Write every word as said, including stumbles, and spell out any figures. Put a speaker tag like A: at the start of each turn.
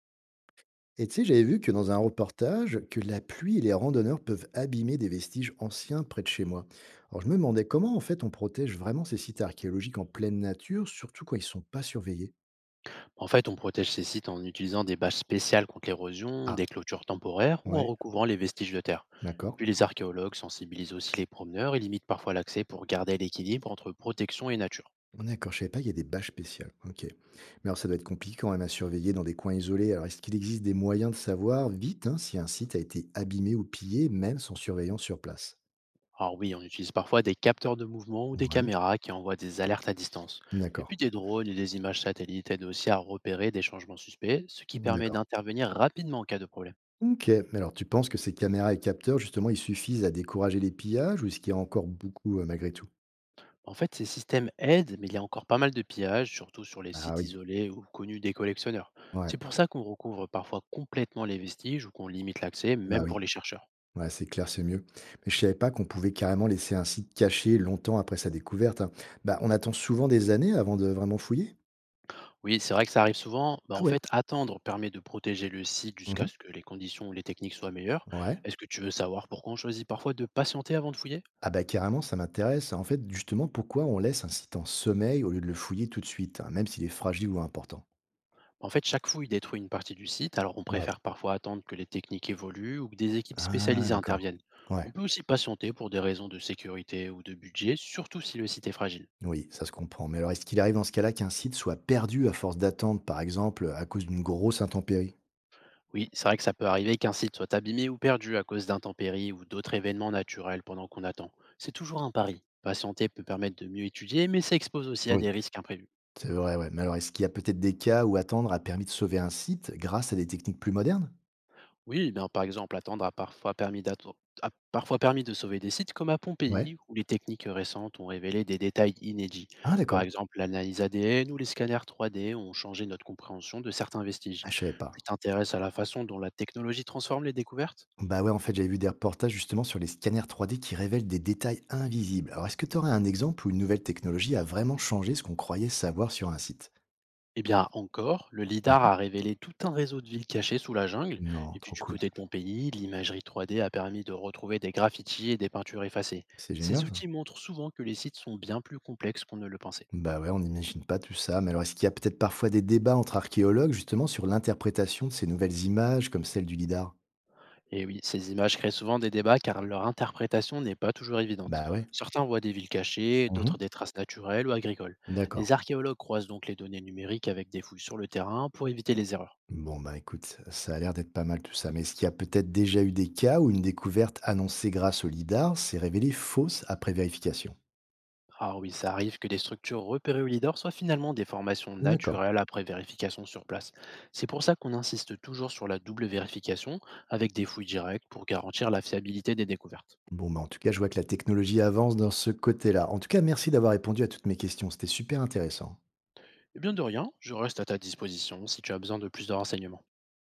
A: Et tu sais, j'avais vu que dans un reportage, que la pluie et les randonneurs peuvent abîmer des vestiges anciens près de chez moi. Alors je me demandais comment en fait on protège vraiment ces sites archéologiques en pleine nature, surtout quand ils sont pas surveillés.
B: En fait, on protège ces sites en utilisant des bâches spéciales contre l'érosion,
A: Ah,
B: des clôtures temporaires ou en
A: ouais,
B: recouvrant les vestiges de terre. Et
A: d'accord.
B: puis les archéologues sensibilisent aussi les promeneurs et limitent parfois l'accès pour garder l'équilibre entre protection et nature.
A: Ah, d'accord, je savais pas, il y a des bâches spéciales. Ok. Mais alors ça doit être compliqué quand même à surveiller dans des coins isolés. Alors est-ce qu'il existe des moyens de savoir vite hein, si un site a été abîmé ou pillé, même sans surveillance sur place?
B: Alors oui, on utilise parfois des capteurs de mouvement ou des
A: Ouais.
B: caméras qui envoient des alertes à distance. Et
A: D'accord,
B: puis des drones et des images satellites aident aussi à repérer des changements suspects, ce qui permet
A: d'accord.
B: d'intervenir rapidement en cas de problème.
A: OK. Mais alors tu penses que ces caméras et capteurs, justement, ils suffisent à décourager les pillages ou est-ce qu'il y a encore beaucoup, heu, malgré tout?
B: En fait, ces systèmes aident, mais il y a encore pas mal de pillages, surtout sur les
A: Ah
B: sites
A: oui.
B: isolés ou connus des collectionneurs. C'est
A: Ouais,
B: pour ça qu'on recouvre parfois complètement les vestiges ou qu'on limite l'accès,
A: bah,
B: même pour
A: oui.
B: les chercheurs.
A: Ouais, c'est clair, c'est mieux. Mais je savais pas qu'on pouvait carrément laisser un site caché longtemps après sa découverte, hein. Bah, on attend souvent des années avant de vraiment fouiller?
B: Oui, c'est vrai que ça arrive souvent. Bah,
A: Ah
B: en
A: ouais?
B: fait, attendre permet de protéger le site jusqu'à
A: Mmh.
B: ce que les conditions ou les techniques soient meilleures.
A: Ouais.
B: Est-ce que tu veux savoir pourquoi on choisit parfois de patienter avant de fouiller?
A: Ah bah, carrément, ça m'intéresse. En fait, justement, pourquoi on laisse un site en sommeil au lieu de le fouiller tout de suite, hein, même s'il est fragile ou important?
B: Bah, en fait, chaque fouille détruit une partie du site, alors on
A: Ouais.
B: préfère parfois attendre que les techniques évoluent ou que des équipes
A: Ah
B: spécialisées
A: d'accord.
B: interviennent.
A: Ouais.
B: On peut aussi patienter pour des raisons de sécurité ou de budget, surtout si le site est fragile.
A: Oui, ça se comprend. Mais alors, est-ce qu'il arrive dans ce cas-là qu'un site soit perdu à force d'attendre, par exemple, à cause d'une grosse intempérie?
B: Oui, c'est vrai que ça peut arriver qu'un site soit abîmé ou perdu à cause d'intempéries ou d'autres événements naturels pendant qu'on attend. C'est toujours un pari. Patienter peut permettre de mieux étudier, mais ça expose aussi à
A: Oui.
B: des risques imprévus.
A: C'est vrai, ouais. Mais alors, est-ce qu'il y a peut-être des cas où attendre a permis de sauver un site grâce à des techniques plus modernes?
B: Oui, ben, par exemple, attendre a parfois permis, d'atto- a parfois permis de sauver des sites comme à
A: Ouais.
B: Pompéi, où les techniques récentes ont révélé des détails inédits.
A: Ah,
B: Par
A: d'accord.
B: exemple, l'analyse A D N ou les scanners trois D ont changé notre compréhension de certains vestiges.
A: Ah, je savais
B: Tu
A: pas.
B: t'intéresses à la façon dont la technologie transforme les découvertes?
A: Bah ouais, en fait, j'avais vu des reportages justement sur les scanners trois D qui révèlent des détails invisibles. Alors, est-ce que tu aurais un exemple où une nouvelle technologie a vraiment changé ce qu'on croyait savoir sur un site?
B: Eh bien, encore, le LIDAR
A: Mhm.
B: a révélé tout un réseau de villes cachées sous la jungle.
A: Non,
B: Et puis,
A: trop
B: du
A: cool.
B: côté de Pompéi, l'imagerie trois D a permis de retrouver des graffitis et des peintures effacées.
A: C'est
B: Ces
A: génial, ça.
B: outils montrent souvent que les sites sont bien plus complexes qu'on ne le pensait.
A: Bah ouais, on n'imagine pas tout ça. Mais alors, est-ce qu'il y a peut-être parfois des débats entre archéologues, justement, sur l'interprétation de ces nouvelles images, comme celle du lidar?
B: Et oui, ces images créent souvent des débats car leur interprétation n'est pas toujours évidente.
A: Bah ouais.
B: Certains voient des villes cachées, d'autres
A: Mhm.
B: des traces naturelles ou agricoles.
A: D'accord.
B: Les archéologues croisent donc les données numériques avec des fouilles sur le terrain pour éviter les erreurs.
A: Bon, bah écoute, ça a l'air d'être pas mal tout ça. Mais est-ce qu'il y a peut-être déjà eu des cas où une découverte annoncée grâce au lidar s'est révélée fausse après vérification?
B: Ah oui, ça arrive que des structures repérées au leader soient finalement des formations
A: D'accord.
B: naturelles après vérification sur place. C'est pour ça qu'on insiste toujours sur la double vérification avec des fouilles directes pour garantir la fiabilité des découvertes.
A: Bon, bah en tout cas, je vois que la technologie avance dans ce côté-là. En tout cas, merci d'avoir répondu à toutes mes questions. C'était super intéressant.
B: Eh bien de rien, je reste à ta disposition si tu as besoin de plus de renseignements.